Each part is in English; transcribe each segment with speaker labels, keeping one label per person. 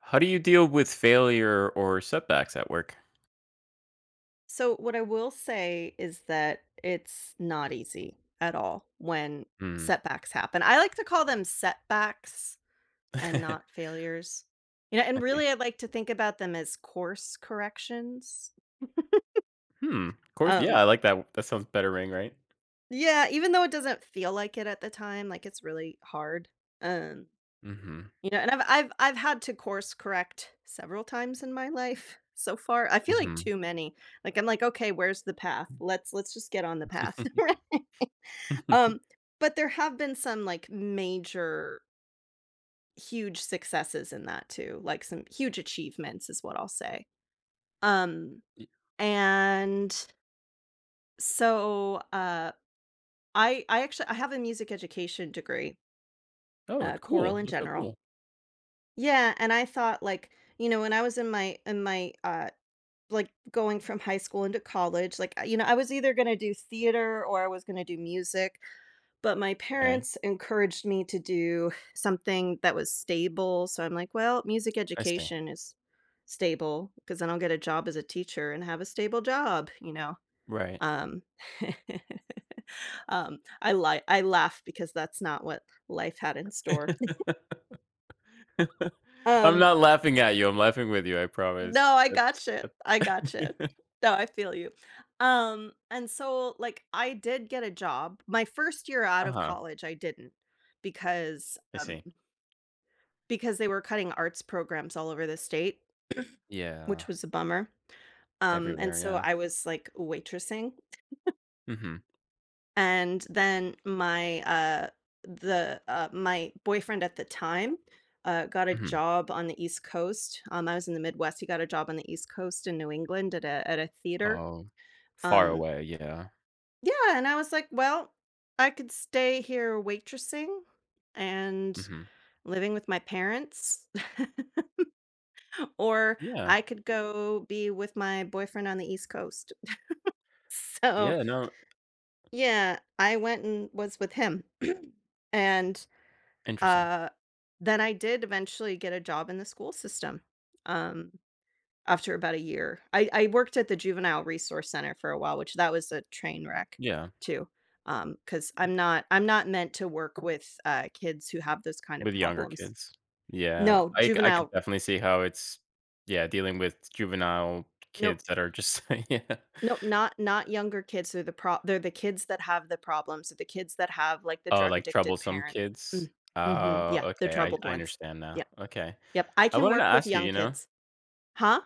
Speaker 1: How do you deal with failure or setbacks at work?
Speaker 2: So what I will say is that it's not easy at all when
Speaker 1: Hmm.
Speaker 2: setbacks happen. I like to call them setbacks and
Speaker 1: I
Speaker 2: not failures. You know, and
Speaker 1: see.
Speaker 2: really I like to think about them as course corrections.
Speaker 1: Hmm. Of course. Yeah,
Speaker 2: Um
Speaker 1: I like that. That sounds better ring, right?
Speaker 2: yeah, even though it doesn't feel like it at the time, like it's really hard. Um
Speaker 1: Mhm.
Speaker 2: you know, and I've had to course correct several times in my life so far. I feel like
Speaker 1: Mhm.
Speaker 2: too many. Like I'm like, okay, where's the path? Let's just get on the path. Um, but there have been some, like, major huge successes in that too, like, some huge achievements is what I'll say. Um,
Speaker 1: Y
Speaker 2: and so, uh, I actually I have a music education degree,
Speaker 1: Oh,
Speaker 2: choral
Speaker 1: cool.
Speaker 2: in
Speaker 1: That's so
Speaker 2: general.
Speaker 1: cool.
Speaker 2: Yeah, and I thought, like, you know, when I was in my, like, going from high school into college, like, you know, I was either gonna do theater or I was gonna do music. But my
Speaker 1: Okay.
Speaker 2: parents encouraged me to do something that was stable, so I'm like, "Well, music
Speaker 1: I see.
Speaker 2: education is stable, 'cause then I'll get a job as a teacher and have a stable job," you know?
Speaker 1: Right.
Speaker 2: Um, I laugh because that's not what life had in store.
Speaker 1: I'm
Speaker 2: Um
Speaker 1: not laughing at you. I'm laughing with you, I
Speaker 2: No,
Speaker 1: promise.
Speaker 2: I
Speaker 1: That's
Speaker 2: gotcha, I gotcha.
Speaker 1: Uh-huh.
Speaker 2: No, I feel you. And so, like, I did get a job. My first year out of college, I didn't because,
Speaker 1: I
Speaker 2: um
Speaker 1: see.
Speaker 2: because they were cutting arts programs all over the state, which
Speaker 1: Yeah.
Speaker 2: was a bummer. And
Speaker 1: Everywhere,
Speaker 2: so
Speaker 1: yeah.
Speaker 2: I was like waitressing.
Speaker 1: Mhm.
Speaker 2: And then my boyfriend at the time got a
Speaker 1: Mhm.
Speaker 2: job on the East Coast. I was in the Midwest. He got a job on the East Coast in New England at a theater.
Speaker 1: Oh, far
Speaker 2: Um
Speaker 1: away, yeah.
Speaker 2: yeah, and I was like, well, I could stay here waitressing and
Speaker 1: Mhm.
Speaker 2: living with my parents. Or
Speaker 1: Yeah.
Speaker 2: I could go be with my boyfriend on the East Coast. So,
Speaker 1: Yeah, no,
Speaker 2: yeah, I went and was with him. And,
Speaker 1: interesting.
Speaker 2: uh, then I did eventually get a job in the school system, um, after about a year. I worked at the juvenile resource center for a while, which that was a train wreck
Speaker 1: Yeah.
Speaker 2: too, because 'cause I'm not meant to work with, kids who have those kind of
Speaker 1: With younger
Speaker 2: problems.
Speaker 1: kids. Yeah,
Speaker 2: No,
Speaker 1: I could
Speaker 2: juvenile.
Speaker 1: definitely see how it's yeah, dealing with juvenile
Speaker 2: Nope.
Speaker 1: kids that are just yeah.
Speaker 2: Nope, not younger kids, they're they're the kids that have the problems. They're the kids that have, like, the
Speaker 1: Oh,
Speaker 2: drug
Speaker 1: like
Speaker 2: addicted
Speaker 1: troublesome
Speaker 2: parent.
Speaker 1: kids?
Speaker 2: Mm, mhm,
Speaker 1: Oh,
Speaker 2: yeah, the
Speaker 1: okay, I
Speaker 2: troubled
Speaker 1: I
Speaker 2: ones.
Speaker 1: understand
Speaker 2: Yeah,
Speaker 1: now, okay.
Speaker 2: yep, I
Speaker 1: I
Speaker 2: can
Speaker 1: wanted to
Speaker 2: work with
Speaker 1: ask you,
Speaker 2: young
Speaker 1: you know
Speaker 2: kids. Huh?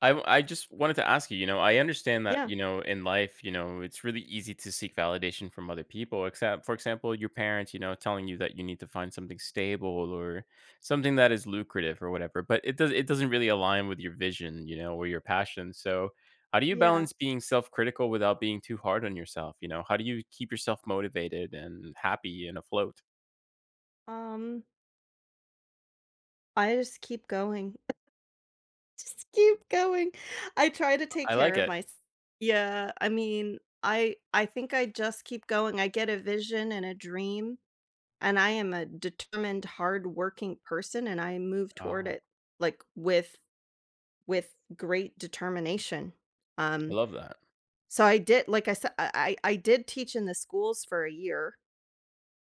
Speaker 1: I w- I just wanted to ask you, you know, I understand that,
Speaker 2: Yeah,
Speaker 1: you know, in life, you know, it's really easy to seek validation from other people, except for example, your parents, you know, telling you that you need to find something stable or something that is lucrative or whatever, but it doesn't really align with your vision, you know, or your passion. So, how do you
Speaker 2: yeah,
Speaker 1: balance being self-critical without being too hard on yourself, you know? How do you keep yourself motivated and happy and afloat?
Speaker 2: um, I just keep going. Just keep going. I try to take
Speaker 1: I
Speaker 2: care
Speaker 1: like
Speaker 2: of
Speaker 1: it.
Speaker 2: myself. Yeah, I mean, I think I just keep going. I get a vision and a dream, and I am a determined, hardworking person, and I move toward
Speaker 1: Oh,
Speaker 2: it, like, with great determination.
Speaker 1: I
Speaker 2: Um,
Speaker 1: love that.
Speaker 2: so I did, like I said, I did teach in the schools for a year,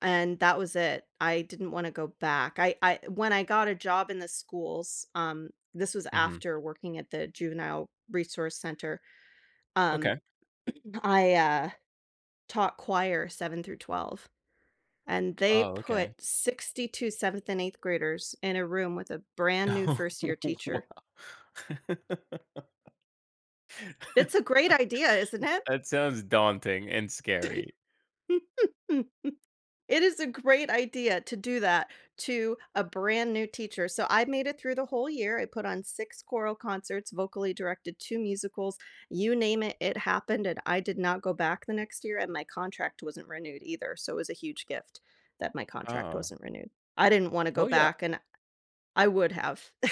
Speaker 2: and that was it. I didn't want to go back. I when I got a job in the schools, this was
Speaker 1: Mhm.
Speaker 2: after working at the juvenile resource center. Um,
Speaker 1: Okay.
Speaker 2: I taught choir 7 through 12, and they
Speaker 1: Oh, okay.
Speaker 2: put 62 seventh and eighth graders in a room with a brand new first year teacher.
Speaker 1: wow.
Speaker 2: It's a great idea, isn't it?
Speaker 1: That sounds daunting and scary.
Speaker 2: It is a great idea to do that to a brand new teacher. So I made it through the whole year. I put on 6 choral concerts, vocally directed 2 musicals. You name it, it happened. And I did not go back the next year. And my contract wasn't renewed either. So it was a huge gift that my contract
Speaker 1: Oh.
Speaker 2: wasn't renewed. I didn't want to go
Speaker 1: Oh, yeah.
Speaker 2: back, and I would have.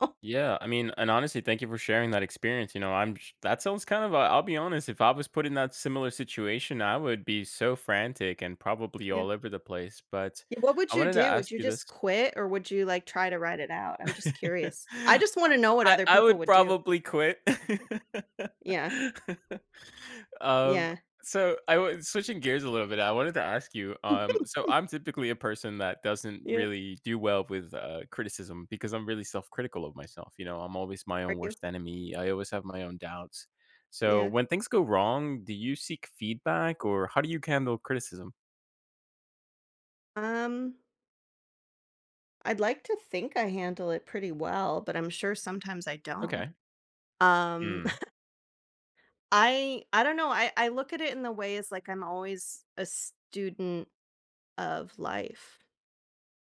Speaker 2: Oh,
Speaker 1: Yeah, I mean and honestly, thank you for sharing that experience, you know, I'm sh that sounds kind of I'll be honest, if I was put in that similar situation, I would be so frantic and probably
Speaker 2: yeah.
Speaker 1: all over the place, but
Speaker 2: Yeah, what would
Speaker 1: I
Speaker 2: you
Speaker 1: wanted to
Speaker 2: do? Would
Speaker 1: ask
Speaker 2: you
Speaker 1: you this.
Speaker 2: just quit or would you like try to ride it out? I'm just curious. I just want to know what
Speaker 1: I
Speaker 2: other
Speaker 1: I
Speaker 2: people
Speaker 1: would
Speaker 2: would do.
Speaker 1: probably quit.
Speaker 2: Yeah.
Speaker 1: Um,
Speaker 2: Yeah.
Speaker 1: so I was switching gears a little bit, I wanted to ask you, so I'm typically a person that doesn't
Speaker 2: Yeah.
Speaker 1: really do well with, criticism because I'm really self-critical of myself, you know? I'm always my
Speaker 2: Are
Speaker 1: own
Speaker 2: you?
Speaker 1: worst enemy. I always have my own doubts. So
Speaker 2: Yeah.
Speaker 1: when things go wrong, do you seek feedback or how do you handle criticism?
Speaker 2: Um, I'd like to think I handle it pretty well, but I'm sure sometimes I don't.
Speaker 1: Okay.
Speaker 2: Um,
Speaker 1: Mm,
Speaker 2: I don't know. I look at it in the way as like I'm always a student of life.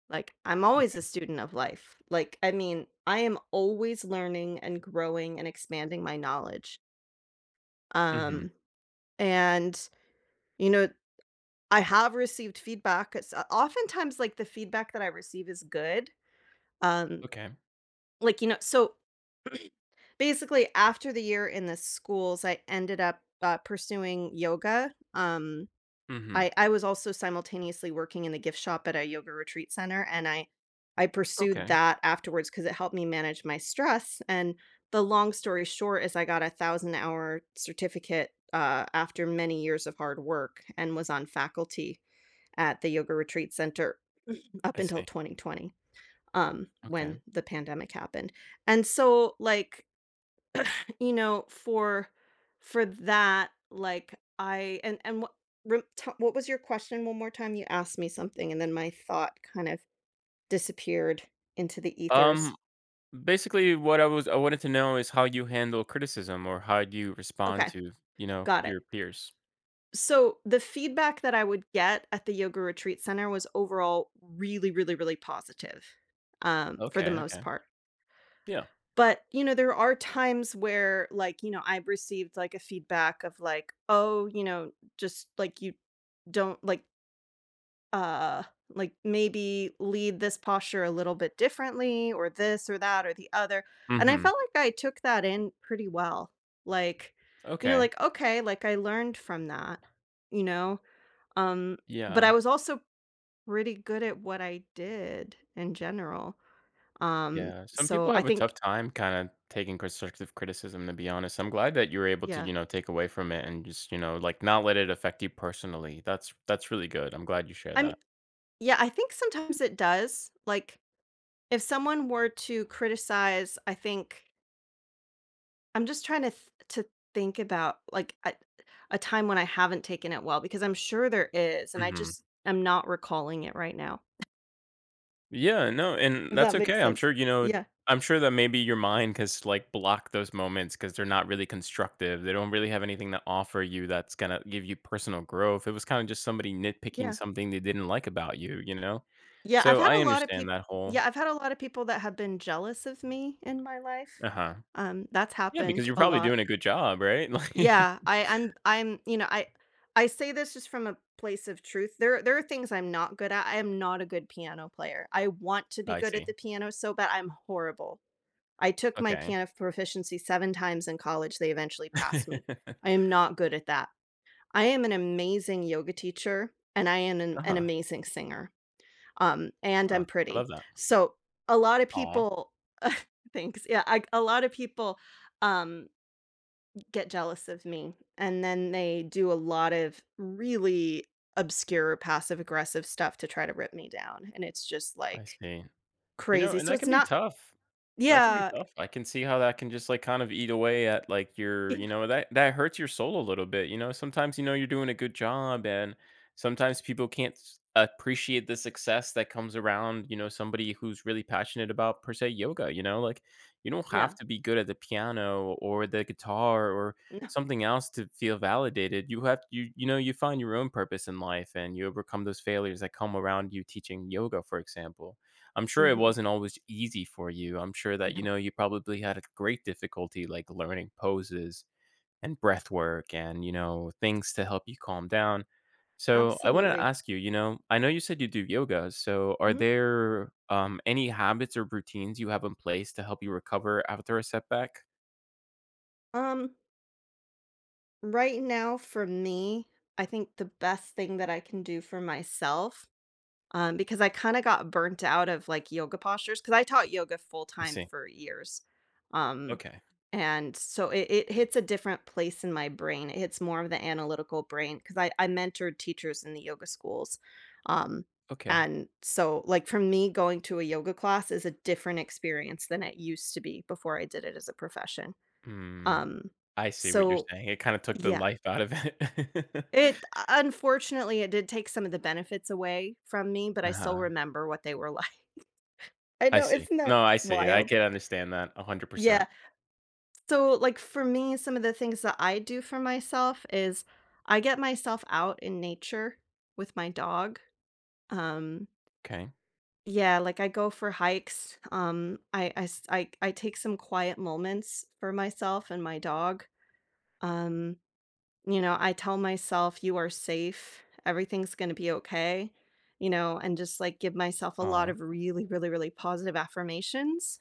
Speaker 2: Like I'm always a
Speaker 1: okay.
Speaker 2: student of life. Like I mean, I am always learning and growing and expanding my knowledge.
Speaker 1: Mhm.
Speaker 2: Um, and you know, I have received feedback. It's oftentimes like the feedback that I receive is good. Um,
Speaker 1: Okay.
Speaker 2: Like, you know, so basically, after the year in the schools, I ended up, pursuing yoga.
Speaker 1: Mhm.
Speaker 2: I was also simultaneously working in the gift shop at a yoga retreat center, and I pursued
Speaker 1: Okay.
Speaker 2: that afterwards because it helped me manage my stress, and the long story short is I got a 1,000-hour certificate, after many years of hard work and was on faculty at the yoga retreat center up
Speaker 1: I
Speaker 2: until
Speaker 1: see.
Speaker 2: 2020, when
Speaker 1: Okay.
Speaker 2: the pandemic happened. And so, like, you know, for that, like, I and what rem t what was your question one more time? You asked me something, and then my thought kind of disappeared into the ethers.
Speaker 1: Um Basically, what I was I wanted to know is how you handle criticism or how you respond
Speaker 2: Okay,
Speaker 1: to, you know,
Speaker 2: got it.
Speaker 1: your peers.
Speaker 2: So, the feedback that I would get at the yoga retreat center was overall really, really, really positive, for the
Speaker 1: Okay,
Speaker 2: most
Speaker 1: okay.
Speaker 2: part.
Speaker 1: Yeah.
Speaker 2: But, you know, there are times where, like, you know, I've received, like, a feedback of, like, "Oh, you know, just, like, you don't, uh, like, maybe lead this posture a little bit differently or this or that or the other." And I
Speaker 1: Mhm.
Speaker 2: felt like I took that in pretty well. Like, you know,
Speaker 1: Okay.
Speaker 2: like, okay, like, I learned from that, you know? Um, but I
Speaker 1: Yeah.
Speaker 2: was also pretty good at what I did in general.
Speaker 1: Yeah. Some
Speaker 2: So
Speaker 1: people
Speaker 2: I
Speaker 1: have a
Speaker 2: think
Speaker 1: tough time kind of taking constructive criticism to be honest. I'm glad that you were able to,
Speaker 2: yeah.
Speaker 1: you know, take away from it and just, you know, like not let it affect you personally. That's really good. I'm glad you shared
Speaker 2: I'm
Speaker 1: that.
Speaker 2: yeah, I think sometimes it does. Like, if someone were to criticize, I think I'm just trying to to think about like a time when I haven't taken it well because I'm sure there is, and I
Speaker 1: Mhm.
Speaker 2: just am not recalling it right now.
Speaker 1: Yeah, no, and
Speaker 2: If
Speaker 1: that's
Speaker 2: that makes
Speaker 1: okay. I'm
Speaker 2: sense.
Speaker 1: sure, you know,
Speaker 2: Yeah,
Speaker 1: I'm sure that maybe your mind has like blocked those moments because they're not really constructive. They don't really have anything to offer you that's gonna give you personal growth. It was kind of just somebody nitpicking
Speaker 2: yeah,
Speaker 1: something they didn't like about you, you know?
Speaker 2: yeah. I've
Speaker 1: So
Speaker 2: had
Speaker 1: I
Speaker 2: a lot of
Speaker 1: understand
Speaker 2: people.
Speaker 1: that
Speaker 2: Yeah,
Speaker 1: whole
Speaker 2: I've had a lot of people that have been jealous of me in my life.
Speaker 1: uh-huh.
Speaker 2: That's
Speaker 1: Yeah, because
Speaker 2: happened
Speaker 1: you're
Speaker 2: a
Speaker 1: probably
Speaker 2: lot.
Speaker 1: doing a good job, right?
Speaker 2: Yeah, you know, I say this just from a place of truth. There are things I'm not good at. I am not a good piano player. I want to be
Speaker 1: Like I
Speaker 2: good at
Speaker 1: see.
Speaker 2: the piano so bad. I'm horrible. I took my
Speaker 1: Okay.
Speaker 2: piano proficiency 7 times in college. They eventually passed me.
Speaker 1: uh-huh.
Speaker 2: I am not good at that. I am an amazing yoga teacher and I am an
Speaker 1: Huh.
Speaker 2: amazing singer. And
Speaker 1: Huh.
Speaker 2: I'm
Speaker 1: I love
Speaker 2: pretty.
Speaker 1: that.
Speaker 2: So a lot of
Speaker 1: Oh,
Speaker 2: people, thanks. Yeah, I, a lot of people, um, get jealous of me. And then they do a lot of really obscure passive aggressive stuff to try to rip me down. And it's just
Speaker 1: I
Speaker 2: like
Speaker 1: see. You know,
Speaker 2: crazy.
Speaker 1: and
Speaker 2: So
Speaker 1: that
Speaker 2: it's
Speaker 1: can be
Speaker 2: not,
Speaker 1: tough. That can be
Speaker 2: yeah,
Speaker 1: tough. I can see how that can just like kind of eat away at like your,
Speaker 2: yeah,
Speaker 1: you know, that hurts your soul a little bit. You know, sometimes you know you're doing a good job, and sometimes people can't appreciate the success that comes around. You know, somebody who's really passionate about per se yoga. You know, like you don't
Speaker 2: yeah,
Speaker 1: have to be good at the piano or the guitar or
Speaker 2: no,
Speaker 1: something else to feel validated. You you know you find your own purpose in life, and you overcome those failures that come around you teaching yoga, for example. I'm sure it
Speaker 2: hmm
Speaker 1: wasn't always easy for you. I'm sure that, you
Speaker 2: no,
Speaker 1: know, you probably had a great difficulty like learning poses and breath work and, you know, things to help you calm down. So I wanted to
Speaker 2: absolutely.
Speaker 1: ask you, you know, I know you said you do yoga. So are
Speaker 2: Hmm.
Speaker 1: there any habits or routines you have in place to help you recover after a setback?
Speaker 2: Um, right now for me, I think the best thing that I can do for myself. Because I kinda got burnt out of, like, yoga postures because I taught yoga full
Speaker 1: I
Speaker 2: time
Speaker 1: see.
Speaker 2: for years. Um,
Speaker 1: Okay.
Speaker 2: and so it hits a different place in my brain. It hits more of the analytical brain because I mentored teachers in the yoga schools. Um,
Speaker 1: Okay.
Speaker 2: and so, like, for me, going to a yoga class is a different experience than it used to be before I did it as a profession.
Speaker 1: Hmm.
Speaker 2: Um,
Speaker 1: I see what you're
Speaker 2: so,
Speaker 1: saying. It kind of took the
Speaker 2: yeah.
Speaker 1: life out of it.
Speaker 2: It unfortunately, it did take some of the benefits away from me, but I still
Speaker 1: uh-huh.
Speaker 2: remember what they were like. I
Speaker 1: I
Speaker 2: know,
Speaker 1: see.
Speaker 2: isn't that
Speaker 1: No, I see. I
Speaker 2: wild?
Speaker 1: can understand that 100%.
Speaker 2: Yeah. So, like, for me, some of the things that I do for myself is I get myself out in nature with my dog. Um,
Speaker 1: Okay.
Speaker 2: yeah, like I go for hikes. I take some quiet moments for myself and my dog. Um, you know, I tell myself, you are safe. Everything's going to be okay, you know, and just like give myself a lot
Speaker 1: Oh,
Speaker 2: of really, really, really positive affirmations.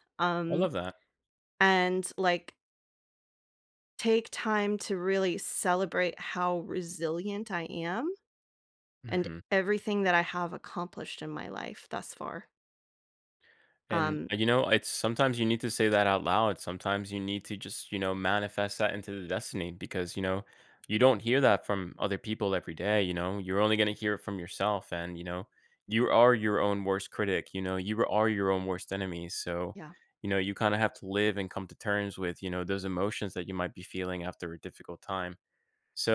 Speaker 1: I love that.
Speaker 2: And like take time to really celebrate how resilient I am and
Speaker 1: Mhm,
Speaker 2: everything that I have accomplished in my life thus far.
Speaker 1: and,
Speaker 2: Um,
Speaker 1: you know, it's sometimes you need to say that out loud. Sometimes you need to just, you know, manifest that into the destiny because, you know,
Speaker 2: Mhm,
Speaker 1: you don't hear that from other people every day, you know? You're only gonna hear it from yourself and, you know, you are your own worst critic, you know? You are your own worst enemy, so,
Speaker 2: yeah,
Speaker 1: you know, you kinda have to live and come to terms with, you know, those emotions that you might be feeling after a difficult time.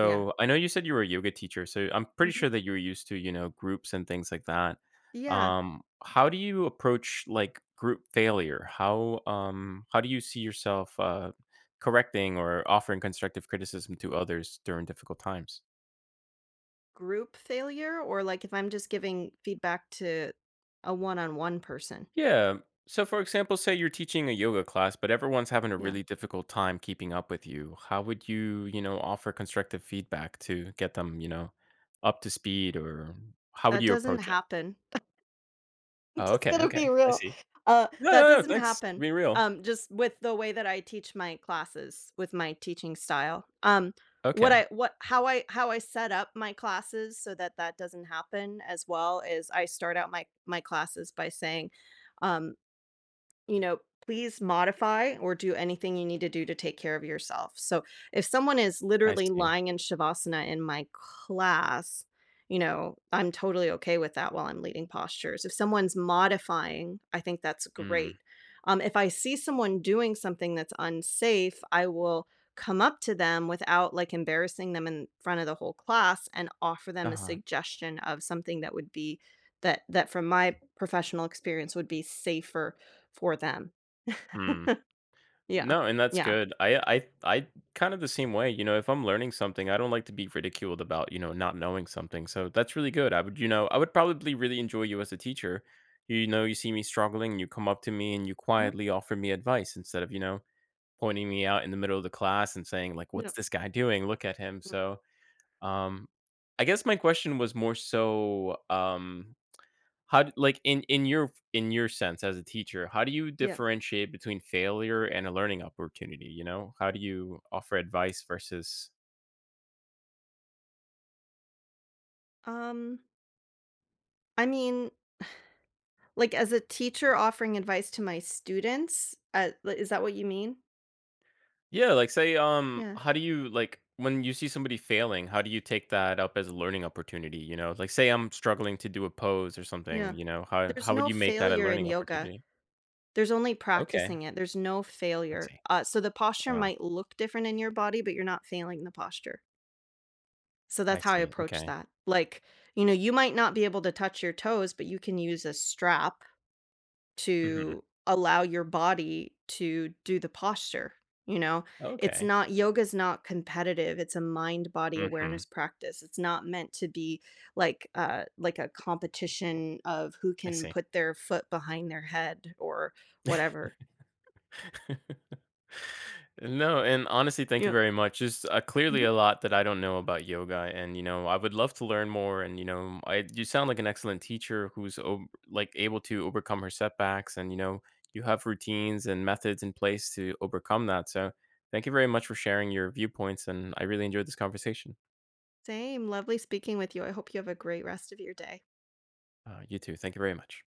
Speaker 2: yeah,
Speaker 1: I know you said you were a yoga teacher, so I'm pretty
Speaker 2: mhm,
Speaker 1: sure that you're used to, you know, groups and things like that.
Speaker 2: yeah.
Speaker 1: How do you approach like group failure? How do you see yourself correcting or offering constructive criticism to others during difficult times?
Speaker 2: Group failure, or like if I'm just giving feedback to a one on one person.
Speaker 1: Yeah. So for example, say you're teaching a yoga class, but everyone's having a
Speaker 2: Yeah,
Speaker 1: really difficult time keeping up with you. How would you, you know, offer constructive feedback to get them, you know, up to speed or how would
Speaker 2: that
Speaker 1: you
Speaker 2: doesn't
Speaker 1: approach it?
Speaker 2: happen. I'm
Speaker 1: Oh,
Speaker 2: just
Speaker 1: okay,
Speaker 2: gonna
Speaker 1: okay.
Speaker 2: be
Speaker 1: I
Speaker 2: real.
Speaker 1: see. Yeah,
Speaker 2: That
Speaker 1: yeah, yeah,
Speaker 2: doesn't
Speaker 1: thanks for
Speaker 2: happen,
Speaker 1: being real.
Speaker 2: just with the way that I teach my classes, with my teaching style. What I
Speaker 1: Okay,
Speaker 2: what how I set up my classes so that that doesn't happen as well is I start out my classes by saying, um, you know, please modify or do anything you need to do to take care of yourself. So if someone is
Speaker 1: I
Speaker 2: literally
Speaker 1: see.
Speaker 2: lying in shavasana in my class, you know, I'm totally okay with that while I'm leading postures. If someone's modifying, I think that's
Speaker 1: Mm,
Speaker 2: great. If I see someone doing something that's unsafe, I will come up to them without like embarrassing them in front of the whole class and offer them a
Speaker 1: uh-huh,
Speaker 2: suggestion of something that would be that that from my professional experience would be safer for them.
Speaker 1: mm.
Speaker 2: Yeah,
Speaker 1: No, and that's
Speaker 2: yeah.
Speaker 1: good. I kind of the same way, you know, if I'm learning something, I don't like to be ridiculed about, you know, not knowing something, so that's really good. I would, you know, I would probably really enjoy you as a teacher. You know, you see me struggling, you come up to me and you
Speaker 2: Mhm,
Speaker 1: quietly offer me advice instead of, you know, pointing me out in the middle of the class and saying like,
Speaker 2: yeah,
Speaker 1: "What's this guy doing? Look at him."
Speaker 2: mm,
Speaker 1: So, um, I guess my question was more so, How d like, in in your sense as a teacher, how do you
Speaker 2: yeah.
Speaker 1: differentiate between failure and a learning opportunity, you know? How do you offer advice versus
Speaker 2: Um, I mean, like, as a teacher offering advice to my students, li is that what you mean?
Speaker 1: Yeah, like, say,
Speaker 2: Yeah,
Speaker 1: how do you like, when you see somebody failing, how do you take that up as a learning opportunity, you know? Like, say I'm struggling to do a pose or something,
Speaker 2: yeah.
Speaker 1: you know, how
Speaker 2: There's
Speaker 1: how would
Speaker 2: no
Speaker 1: you make that a
Speaker 2: failure in
Speaker 1: learning
Speaker 2: yoga.
Speaker 1: opportunity?
Speaker 2: There's only
Speaker 1: Okay,
Speaker 2: practicing it. There's no
Speaker 1: I
Speaker 2: failure.
Speaker 1: see.
Speaker 2: So the posture
Speaker 1: Oh,
Speaker 2: might look different in your body, but you're not failing the posture. So
Speaker 1: I
Speaker 2: that's how I
Speaker 1: see,
Speaker 2: approach
Speaker 1: okay.
Speaker 2: that. Like, you know, you might not be able to touch your toes, but you can use a strap
Speaker 1: Mhm.
Speaker 2: to allow your body to do the posture, you know? It's
Speaker 1: Okay.
Speaker 2: not yoga's not competitive, it's a mind body awareness
Speaker 1: Mhm.
Speaker 2: practice. It's not meant to be like a competition of who
Speaker 1: I
Speaker 2: can
Speaker 1: see.
Speaker 2: put their foot behind their head or whatever.
Speaker 1: No, and honestly, thank you
Speaker 2: Yeah.
Speaker 1: very much. Just clearly
Speaker 2: Mhm.
Speaker 1: a lot that I don't know about yoga, and you know, I would love to learn more. And you know, I you sound like an excellent teacher who's like able to overcome her setbacks, and you know, you have routines and methods in place to overcome that. So, thank you very much for sharing your viewpoints, and I really enjoyed this conversation.
Speaker 2: Same, lovely speaking with you. I hope you have a great rest of your day.
Speaker 1: You too. Thank you very much.